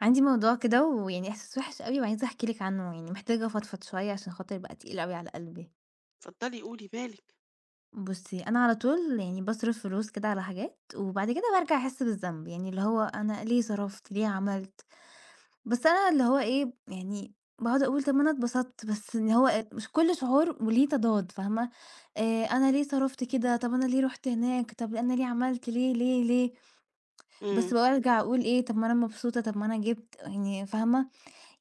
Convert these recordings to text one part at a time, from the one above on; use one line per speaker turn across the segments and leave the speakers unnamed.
عندي موضوع كده ويعني إحساس وِحِش أوي وعايزة أحكي لِك عنه، يعني محتاجة أفضفض شوية عشان خاطر بقى تقيل أوي على قلبي.
اتفضلي قولي بالِك.
بُصّي، أنا على طول يعني باصرف فلوس كده على حاجات وبعد كده بارجع أحس بالذنب، يعني اللي هو أنا ليه صرفت، ليه عملت؟ بس أنا اللي هو إيه، يعني باقعد أقول طَب ما أنا اتبسطت، بس إن هو مش كل شعور وليه تضاد فاهمة؟ أنا ليه صرفت كده، طَب أنا ليه رُحت هناك، طَب أنا ليه عملت، ليه، ليه، ليه؟ بس
إمم.
بارجع أقول إيه، طَب ما أنا مبسوطة، طَب ما أنا جِبت يعني فاهمة؟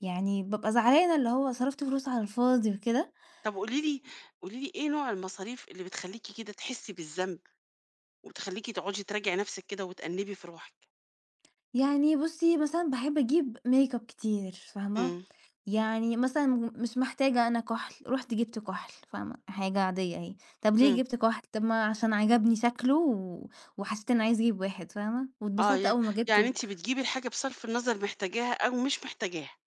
يعني بابقى زعلانة اللي هو صرفت فلوس على الفاضي وكده.
طب قولي لي إيه نوع المصاريف اللي بتخلّيكِ كده تحسّي بالذنب، وتخلّيكِ تقعدي تراجعي نَفْسِك كده وتأنِّبي في روحِك؟
يعني بُصّي، مثلًا باحب أجيب makeup كتير فاهمة،
إمم،
يعني مثلًا مش محتاجة أنا كُحْل، رُحت جِبت كُحْل فاهمة، حاجة عادية أهي، طَب
إمم.
ليه جِبت كُحْل؟ طَب ما عشان عجبني شكله و وحسيت إني عايزة أجيب واحد فاهمة،
آه،
واتبسطت أول ما
يعني
جِبته،
أنتِ بتجيبي الحاجة بصرف النظر محتاجاها أو مش محتاجاها.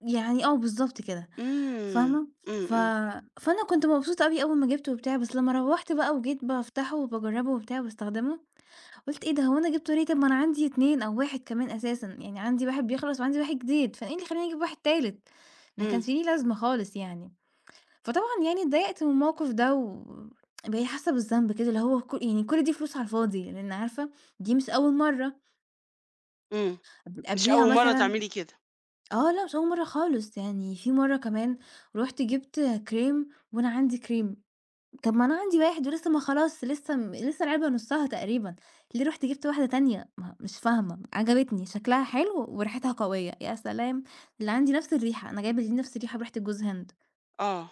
يعني آه بالضبط كده
إمم.
فاهمة،
إمم،
ف
إمم،
فأنا كنت مبسوطة أوي أول ما جِبته وبتاع، بس لمّا روّحت بقى وجيت بافتحه وباجرّبه وبتاع وباستخدمه قُلت إيه ده هو أنا جِبت ليه؟ طب ما أنا عندي 2 أو 1 كمان أساسًا، يعني عندي واحد بيخلص وعندي واحد جديد، فأنا إيه اللي يخلّيني أجيب واحد تالت؟ ما
إمم،
كانش ليه لازمة خالص يعني. فطبعًا يعني اتضايقت من الموقف ده و بقيت حاسة بالذنب كده، اللي هو يعني كل دي فلوس على الفاضي، لإن عارفة دي مش أول مرّة،
إمم. مش
قبليها
أول مرّة
مثلًا
تعملي كده.
آه لأ مش أول مرّة خالص، يعني في مرّة كمان رُحت جِبت كريم وأنا عندي كريم طب ما أنا عندي واحد ولسه ما خلاص لسه لسه العلبة نُصّها تقريبًا، ليه رُحت جِبت واحدة تانية؟ ما مش فاهمة، عجبتني شكلها حلو وريحتها قوية، يا سلام! اللي عندي نفس الريحة، أنا جايبة الاتنين نفس الريحة بريحة الجوز هند،
آه.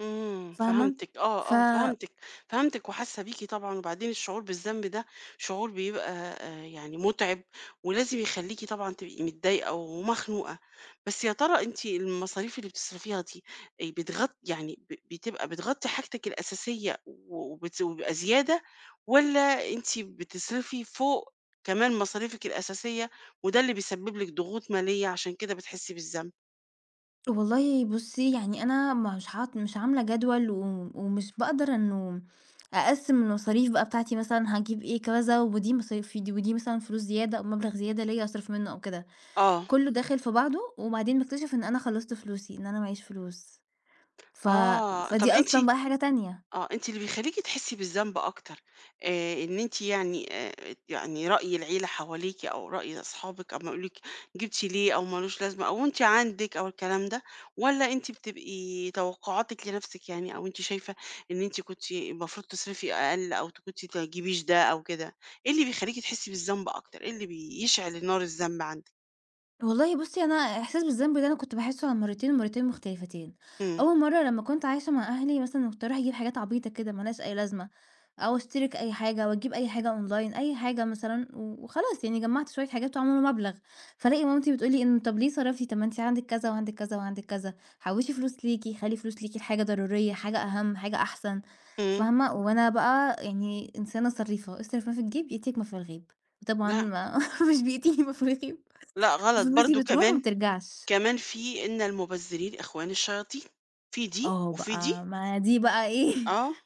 إمم،
فاهمة؟
فهمتِك، آه،
ف
آه، فهمتِك، فهمتِك وحاسة بيكِ طبعًا. وبعدين الشعور بالذنب ده شعور بيبقى يعني مُتعب، ولازم يخلّيكِ طبعًا تبقي متضايقة ومخنوقة. بس يا ترى أنتِ المصاريف اللي بتصرفيها دي يعني بتبقى بتغطي حاجتِك الأساسية و وبت وبيبقى زيادة، والّا أنتِ بتصرفي فوق كمان مصاريفِك الأساسية، وده اللي بيسبب لِك ضغوط مالية عشان كده بتحسي بالذنب؟
والله بُصّي يعني أنا مش عاملة جدول و ومش باقدر إنه أقسّم المصاريف بقى بتاعتي مثلًا هاجيب إيه كذا ودي مصاريفي دي ودي مثلًا فلوس زيادة أو مبلغ زيادة ليّا أصرف منه أو كده،
آه،
كلّه داخل في بعضه وبعدين باكتشف إن أنا خلّصت فلوسي، إن أنا معييش فلوس. ف
آه، طَب
فدي
أنتِ
أصلًا بقى حاجة تانية.
آه، أنتِ اللي بيخلّيكِ تحسّي بالذنب أكتر. إن أنتِ يعني يعني رأي العيلة حواليكِ أو رأي أصحابِك أمّا يقولوا لِك جِبتِ ليه أو ما لوش لازمة أو أنتِ عندِك أو الكلام ده، والّا أنتِ بتبقي توقُّعاتِك لنَفْسِك يعني أو أنتِ شايفة إن أنتِ كنتِ المفروض تصرفي أقل أو كنتِ تجيبيش ده أو كده؟ إيه اللي بيخلّيكِ تحسّي بالذنب أكتر؟ إيه اللي بيشعل نار الذنب عندِك؟
والله بُصّي، أنا إحساس بالذنب ده أنا كنت باحسّه على مرّتين ومرّتين مختلفتين.
إمم،
أول مرّة لمّا كنت عايشة مع أهلي مثلًا كنت أروح أجيب حاجات عبيطة كده ما لهاش أي لازمة، أو أشترك أي حاجة وأجيب أي حاجة أونلاين، أي حاجة مثلًا وخلاص يعني جمّعت شوية حاجات وعملوا مبلغ، فالاقي مامتي بتقول لي إن "طَب ليه صرفتِ؟ طَب ما أنتِ عندِك كذا وعندِك كذا وعندِك كذا، حوّشي فلوس ليكِ، خلّي فلوس ليكِ لحاجة ضرورية، حاجة أهَم، حاجة أحسن."
إمم.
فاهمة؟ وأنا بقى يعني إنسانة صريفة، "اصرف ما في الجيب يأتيك ما في الغيب." وطبعًا
لأ،
ما مش بيأتيني ما في الغيب.
لأ غلط
فلوسي
برضه
بتروح وما
كمان.
بترجعش.
كمان في إن المُبذّرين إخوان الشياطين، في دي
آه
وفي دي.
بقى ما دي بقى إيه،
آه،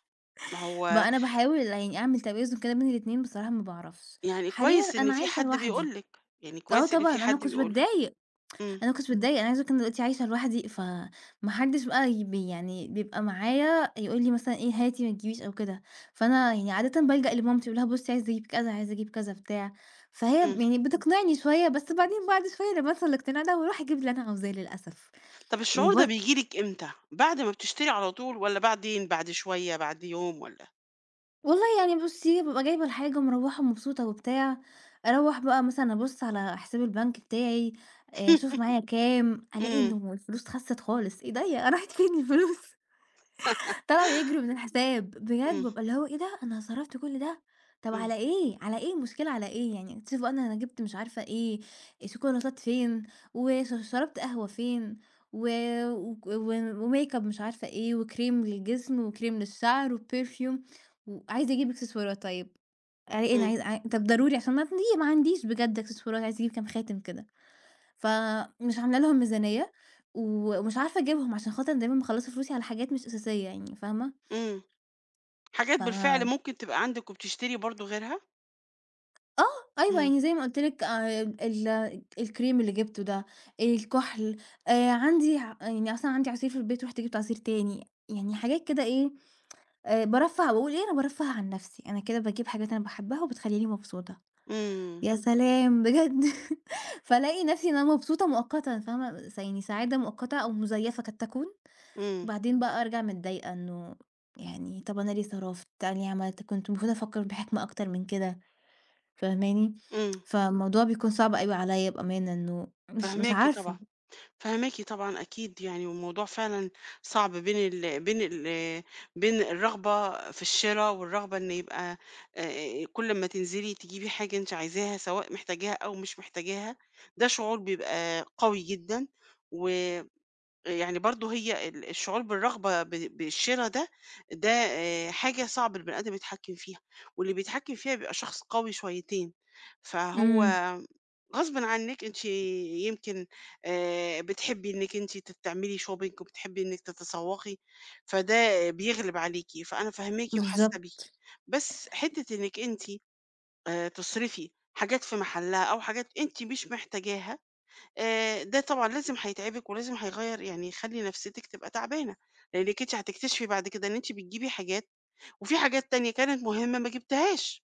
ما هو
بقى أنا باحاول يعني أعمل توازن كده بين الاتنين بصراحة ما باعرفش.
يعني
حاليًا
كويس إن
أنا
في
عايشة
حد
لوحدي.
بيقول لِك، يعني
آه
كويس إن
طبعًا
في حد بيقول لِك. إمم،
أنا ما كنتش باتضايق، أنا عايزة أقول لك أنا دلوقتي عايشة لوحدي، فما حدش بقى ي بي يعني بيبقى معايا يقول لي مثلًا إيه هاتي ما تجيبيش أو كده، فأنا يعني عادةً بالجأ لمامتي أقول لها بُصّي عايزة أجيب كذا، عايزة أجيب كذا بتاع، فهي
إمم.
يعني بتقنعني شوية، بس بعدين بعد شوية لما أوصل للاقتناع ده باروح أجيب اللي أنا عاوزاه للأسف.
طَب الشعور ده
وبر
بييجي لِك إمتى؟ بعد ما بتشتري على طول والّا بعدين، بعد شوية، بعد يوم والّا
والله يعني بُصّي، بابقى جايبة الحاجة ومروّحة مبسوطة وبتاع، أروّح بقى مثلًا أبُص على حساب البنك بتاعي، أشوف معايا كام، ألاقي
إمم،
إنه الفلوس خسِّت خالص، إيه ده هي راحت فين الفلوس؟ طلعوا يجروا من الحساب، بجد
إمم،
بابقى اللي هو إيه ده! أنا صرفت كل ده، طب
إمم،
على إيه، على إيه المشكلة على إيه يعني، شوف بقى أنا جِبت مش عارفة إيه، شوكولاتات فين، شربت قهوة فين، و وك و وMakeup مش عارفة إيه، وكريم للجسم، وكريم للشعر، وperfume وعايزة أجيب إكسسوارات طيب، على إيه أنا
إمم،
عايزة عاي طب ضروري عشان ما عنديش بجد إكسسوارات، عايزة أجيب كام خاتم كده، فمش عاملة لهم ميزانية، و ومش عارفة أجيبهم عشان خاطر دايمًا باخلّص فلوسي على حاجات مش أساسية يعني، فاهمة؟
إمم. حاجات
ف
بالفعل ممكن تبقى عندِك وبتشتري برضه غيرها؟
آه، أيوه،
إمم،
يعني زي ما قُلت لِك ال الكريم اللي جِبته ده، الكُحْل، عندي ع يعني أصلًا عندي عصير في البيت، رُحت جِبت عصير تاني، يعني حاجات كده إيه، بارفّه باقول إيه، أنا بارفّه عن نَفْسي، أنا كده باجيب حاجات أنا باحبّها وبتخلّيني مبسوطة.
إمم،
يا سلام بجد! فالاقي نَفْسي إن أنا مبسوطة مؤقتًا فاهمة، يعني سعادة مؤقتة أو مزيّفة قد تكون،
إمم،
بعدين بقى أرجع متضايقة إنه يعني طَب أنا ليه صرفت، أنا ليه عملت، كنت المفروض أفكّر بحِكمة أكتر من كده. فاهماني؟
إمم.
فالموضوع بيكون صعب أوي عليَّ بأمانة إنه مش
فاهماكِ طبعًا.
عارفة.
فهماكِ طبعًا أكيد يعني، والموضوع فعلًا صعب بين الرغبة في الشرا والرغبة إن يبقى كل أمّا تنزلي تجيبي حاجة أنتِ عايزاها، سواء محتاجاها أو مش محتاجاها، ده شعور بيبقى قوي جدًا. و يعني برضه هي الشعور بالرغبة بالشرا ده، ده حاجة صعب البني آدم يتحكّم فيها، واللي بيتحكّم فيها بيبقى شخص قوي شويتين، فهو
إمم،
غصبٍ عنِّك أنتِ يمكن بتحبّي إنِّك أنتِ تعملي shopping وبتحبّي إنِّك تتسوّقي، فده بيغلب عليكِ، فأنا فاهماكِ وحاسّة بيكِ.
بالضبط،
بس حتّة إنِّك أنتِ تصرفي حاجات في محلّها أو حاجات أنتِ مش محتاجاها ده طبعًا لازم هيتعبِك ولازم هيغيّر يعني يخلّي نفسيتِك تبقى تعبانة، لإنِّك أنتِ هتكتشفي بعد كده إن أنتِ بتجيبي حاجات وفي حاجات تانية كانت مهمة ما جبتيهاش.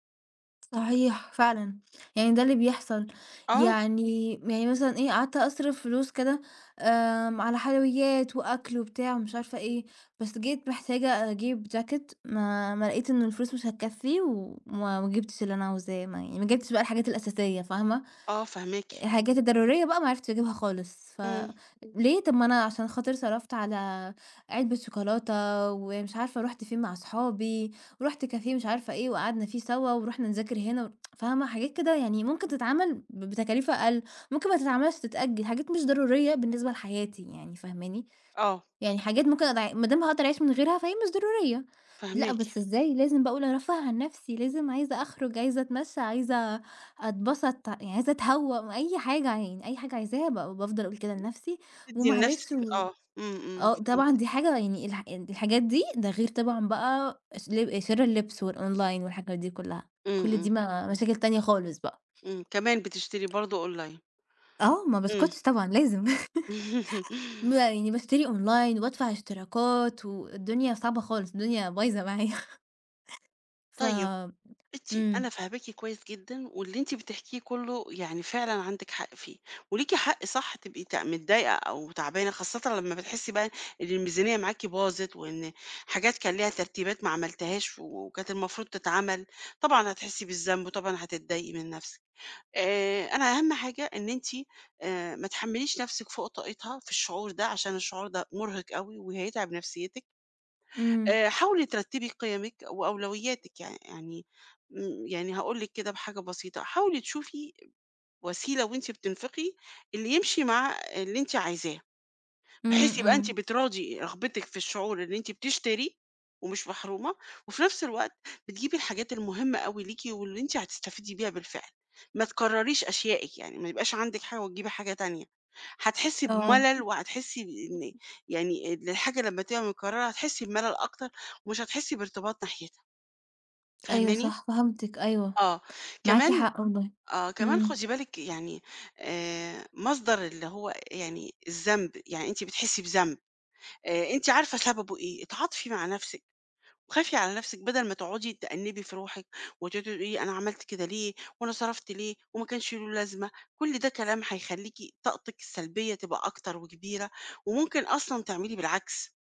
صحيح فعلًا، يعني ده اللي بيحصل،
آه،
يعني مثلًا إيه، قعدت أصرف فلوس كده على حلويات وأكل وبتاع ومش عارفة إيه، بس جيت محتاجة أجيب جاكيت ما لقيت إنه الفلوس مش هتكفي، وما ما جبتش اللي أنا عاوزاه، ما يعني ما جبتش بقى الحاجات الأساسية، فاهمة؟
آه فاهماكِ.
حاجاتي الضرورية بقى ما عرفتش أجيبها خالص،
إمم،
ليه طب ما أنا عشان خاطر صرفت على علبة شوكولاتة، ومش عارفة رُحت فين مع أصحابي، ورُحت كافيه مش عارفة إيه وقعدنا فيه سوا، ورُحنا نذاكر هنا ور فاهمة، حاجات كده يعني ممكن تتعمل بتكاليف أقل، ممكن ما تتعملش تتأجل، حاجات مش ضرورية بالنسبة لحياتي يعني، فاهماني؟
آه،
يعني حاجات ممكن أضيع ما دام هاقدر أعيش من غيرها فهي مش ضرورية، لأ
فاهماكِ.
بس إزاي لازم بقى أقول أرفّه عن نفسي، لازم عايزة أخرج، عايزة أتمشى، عايزة أتبسط، يعني عايزة أتهوّى، أي حاجة يعني أي حاجة عايزاها بافضل أقول كده لنفسي،
بتدّي
ومعلش
لنفسِك آه، إمم، إمم،
آه
فهمت.
طبعًا دي حاجة يعني الحاجات دي ده غير طبعًا بقى ش ل شِر اللبس والأونلاين والحاجات دي كلّها،
إمم،
كل دي
إمم،
ما مشاكل تانية خالص بقى.
إمم، كمان بتشتري برضه أونلاين.
آه ما
إمم.
باسكتش طبعًا لازم يعني باشتري أونلاين وبادفع اشتراكات والدنيا صعبة خالص، الدنيا بايظة معايا. ف
طيب بُصّي، أنا
إمم،
فاهماكِ كويس جدًا، واللي أنتِ بتحكيه كُلّه يعني فعلًا عندِك حق فيه، وليكِ حق صح تبقي متضايقة أو تعبانة، خاصةً لمّا بتحسي بقى إن الميزانية معاكِ باظت، وإن حاجات كان ليها ترتيبات ما عملتيهاش وكانت المفروض تتعمل، طبعًا هتحسي بالذنب وطبعًا هتتضايقي من نفسِك. أنا أهم حاجة إن أنتِ ما تحمّليش نفسِك فوق طاقتها في الشعور ده، عشان الشعور ده مُرهق أوي وهيتعب نفسيتِك.
إمم،
حاولي ترتّبي قيمِك وأولوياتِك، يعني يعني هاقول لِك كده بحاجة بسيطة، حاولي تشوفي وسيلة وأنتِ بتنفقي اللي يمشي مع اللي أنتِ عايزاه.
إمم،
بحيث يبقى أنتِ
إمم،
بتراضي رغبتِك في الشعور إن أنتِ بتشتري ومش محرومة، وفي نفس الوقت بتجيبي الحاجات المهمة أوي ليكِ واللي أنتِ هتستفيدي بيها بالفعل، ما تكرّريش أشيائِك يعني ما يبقاش عندِك حاجة وتجيبي حاجة تانية، هتحسّي
آه،
بملل وهتحسّي بإن يعني إن الحاجة لمّا تبقى متكرّرة هتحسّي بملل أكتر ومش هتحسّي بارتباط ناحيتها،
أيوه
فاهماني؟
صح فهمتِك أيوه،
آه،
معاكِ
كمان
حق والله،
كمان
إمم،
خُدي بالِك يعني مصدر اللي هو يعني الذنب، يعني أنتِ بتحسّي بذنب. أنتِ عارفة سببه إيه، اتعاطفي مع نَفْسِك، وخافي على نَفْسِك بدل ما تقعدي تأنِّبي في روحِك، وتقعدي تقولي أنا عملت كده ليه، وأنا صرفت ليه، وما كانش له لازمة، كل ده كلام هيخلّيكِ طاقتِك السلبية تبقى أكتر وكبيرة، وممكن أصلًا تعملي بالعكس،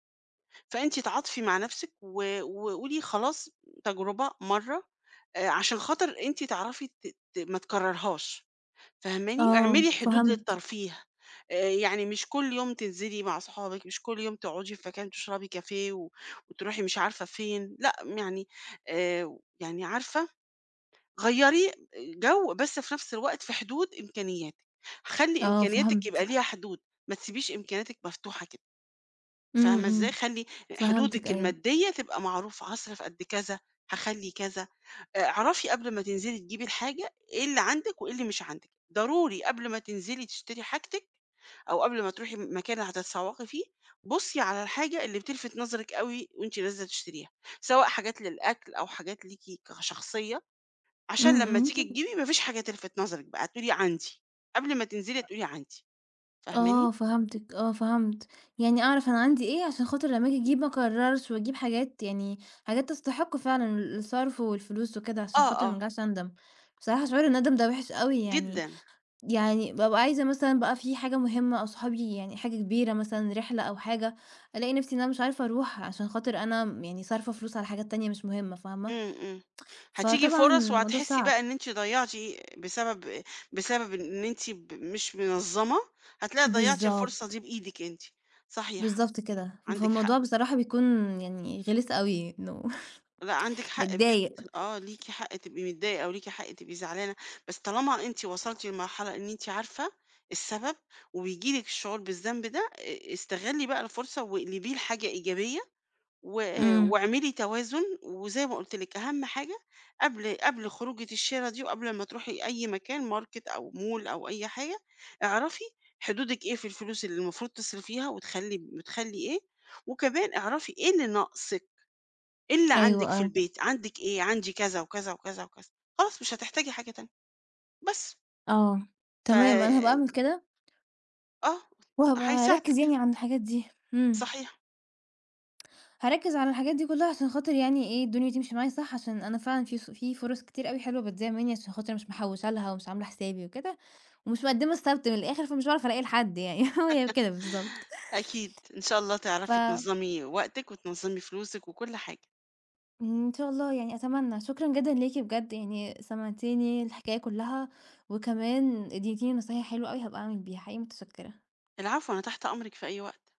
فأنتِ اتعاطفي مع نَفْسِك وقولي خلاص تجربة مرّة، عشان خاطر أنتِ تعرفي ت ت ما تكررهاش. فاهماني؟
آه
اعملي حدود
فهمت،
للترفيه، يعني مش كل يوم تنزلي مع صحابِك، مش كل يوم تقعدي في مكان تشربي كافيه وتروحي مش عارفة فين، لأ يعني يعني عارفة، غيّري جو بس في نفس الوقت في حدود إمكانياتِك، خلّي
آه
إمكانياتِك
فهمت،
يبقى ليها حدود، ما تسيبيش إمكانياتِك مفتوحة كده،
إمم،
فاهمة إزاي؟
إمم،
خلّي
فهمتِك
حدودِك
أيوه،
المادية تبقى معروفة، هاصرف قد كذا، هاخلّي كذا. اعرفي قبل ما تنزلي تجيبي الحاجة إيه اللي عندِك وإيه اللي مش عندِك، ضروري قبل ما تنزلي تشتري حاجتِك أو قبل ما تروحي مكان هتتسوقي فيه، بُصي على الحاجة اللي بتلفت نظرِك أوي وأنتِ نازلة تشتريها، سواء حاجات للأكل أو حاجات ليكِ كشخصية، عشان
إمم،
لمّا تيجي
إمم،
تجيبي ما فيش حاجة تلفت نظرِك بقى، تقولي عندي، قبل ما تنزلي هتقولي عندي، فاهماني؟
آه فهمتِك، آه فهمت، يعني أعرف أنا عندي إيه عشان خاطر لما آجي أجيب ما أكرّرش وأجيب حاجات يعني حاجات تستحق فعلًا الصرف والفلوس وكده عشان
آه،
خاطر ما
آه،
ارجعش أندم، بصراحة شعور الندم ده وِحِش أوي يعني
جدًا.
يعني بابقى عايزة مثلًا بقى في حاجة مهمة أو صحابي يعني حاجة كبيرة مثلًا رحلة أو حاجة، ألاقي نفسي إن أنا مش عارفة أروح عشان خاطر أنا م يعني صارفة فلوس على حاجات تانية مش مهمة، فاهمة؟
إمم، إمم. هتيجي
فطبعًا
فرص
الموضوع
وهتحسّي
صعب.
بقى إن أنتِ ضيّعتِ بسبب بسبب إن أنتِ مش منظّمة، هتلاقي ضيّعتِ الفرصة دي
بالضبط،
بإيدِك أنتِ. صحيح،
بالضبط كده.
عندِك حق.
فالموضوع بصراحة بيكون يعني غلس أوي، إنه
لأ، عندِك حق بجد.
باتضايق.
آه، ليكِ حق تبقي متضايقة وليكِ حق تبقي زعلانة، بس طالما أنتِ وصلتِ لمرحلة إن أنتِ عارفة السبب وبييجي لِك الشعور بالذنب ده، استغلّي بقى الفرصة واقلبيه لحاجة إيجابية و
إمم.
واعملي توازن، وزي ما قُلت لِك أهم حاجة قبل خروجة الشِرا دي وقبل ما تروحي أي مكان ماركت أو مول أو أي حاجة، اعرفي حدودِك إيه في الفلوس اللي المفروض تصرفيها بتخلّي إيه، وكمان اعرفي إيه اللي ناقصِك، إيه اللي
أيوه،
عندِك في
آه.
البيت، عندِك إيه، عندي كذا وكذا وكذا وكذا، خلاص مش هتحتاجي حاجة تانية بس.
آه.
ف
تمام، أنا هابقى أعمل كده
آه،
وهابقى أركّز
هيساعدِك
يعني على الحاجات دي. إمم.
صحيح.
هاركّز على الحاجات دي كلّها عشان خاطر يعني إيه، الدنيا تمشي معايا صح، عشان أنا فعلًا في فرص كتير أوي حلوة بتضيع منّي عشان خاطر مش محوّشة لها ومش عاملة حسابي وكده، ومش مقدّمة السَبت من الآخِر، فمش باعرف ألاقي لحد يعني هي كده بالضبط.
أكيد، إن شاء الله
ف
تعرفي تنظّمي وقتِك وتنظّمي فلوسِك وكل حاجة.
إن شاء الله يعني أتمنّى، شكرًا جدًا ليكِ بجد يعني سمعتيني الحكاية كلّها، وكمان ادّيتيني نصايح حلوة أوي هابقى أعمل بيها، حقيقي متشكّرة.
العفو، أنا تحت أمرِك في أي وقت.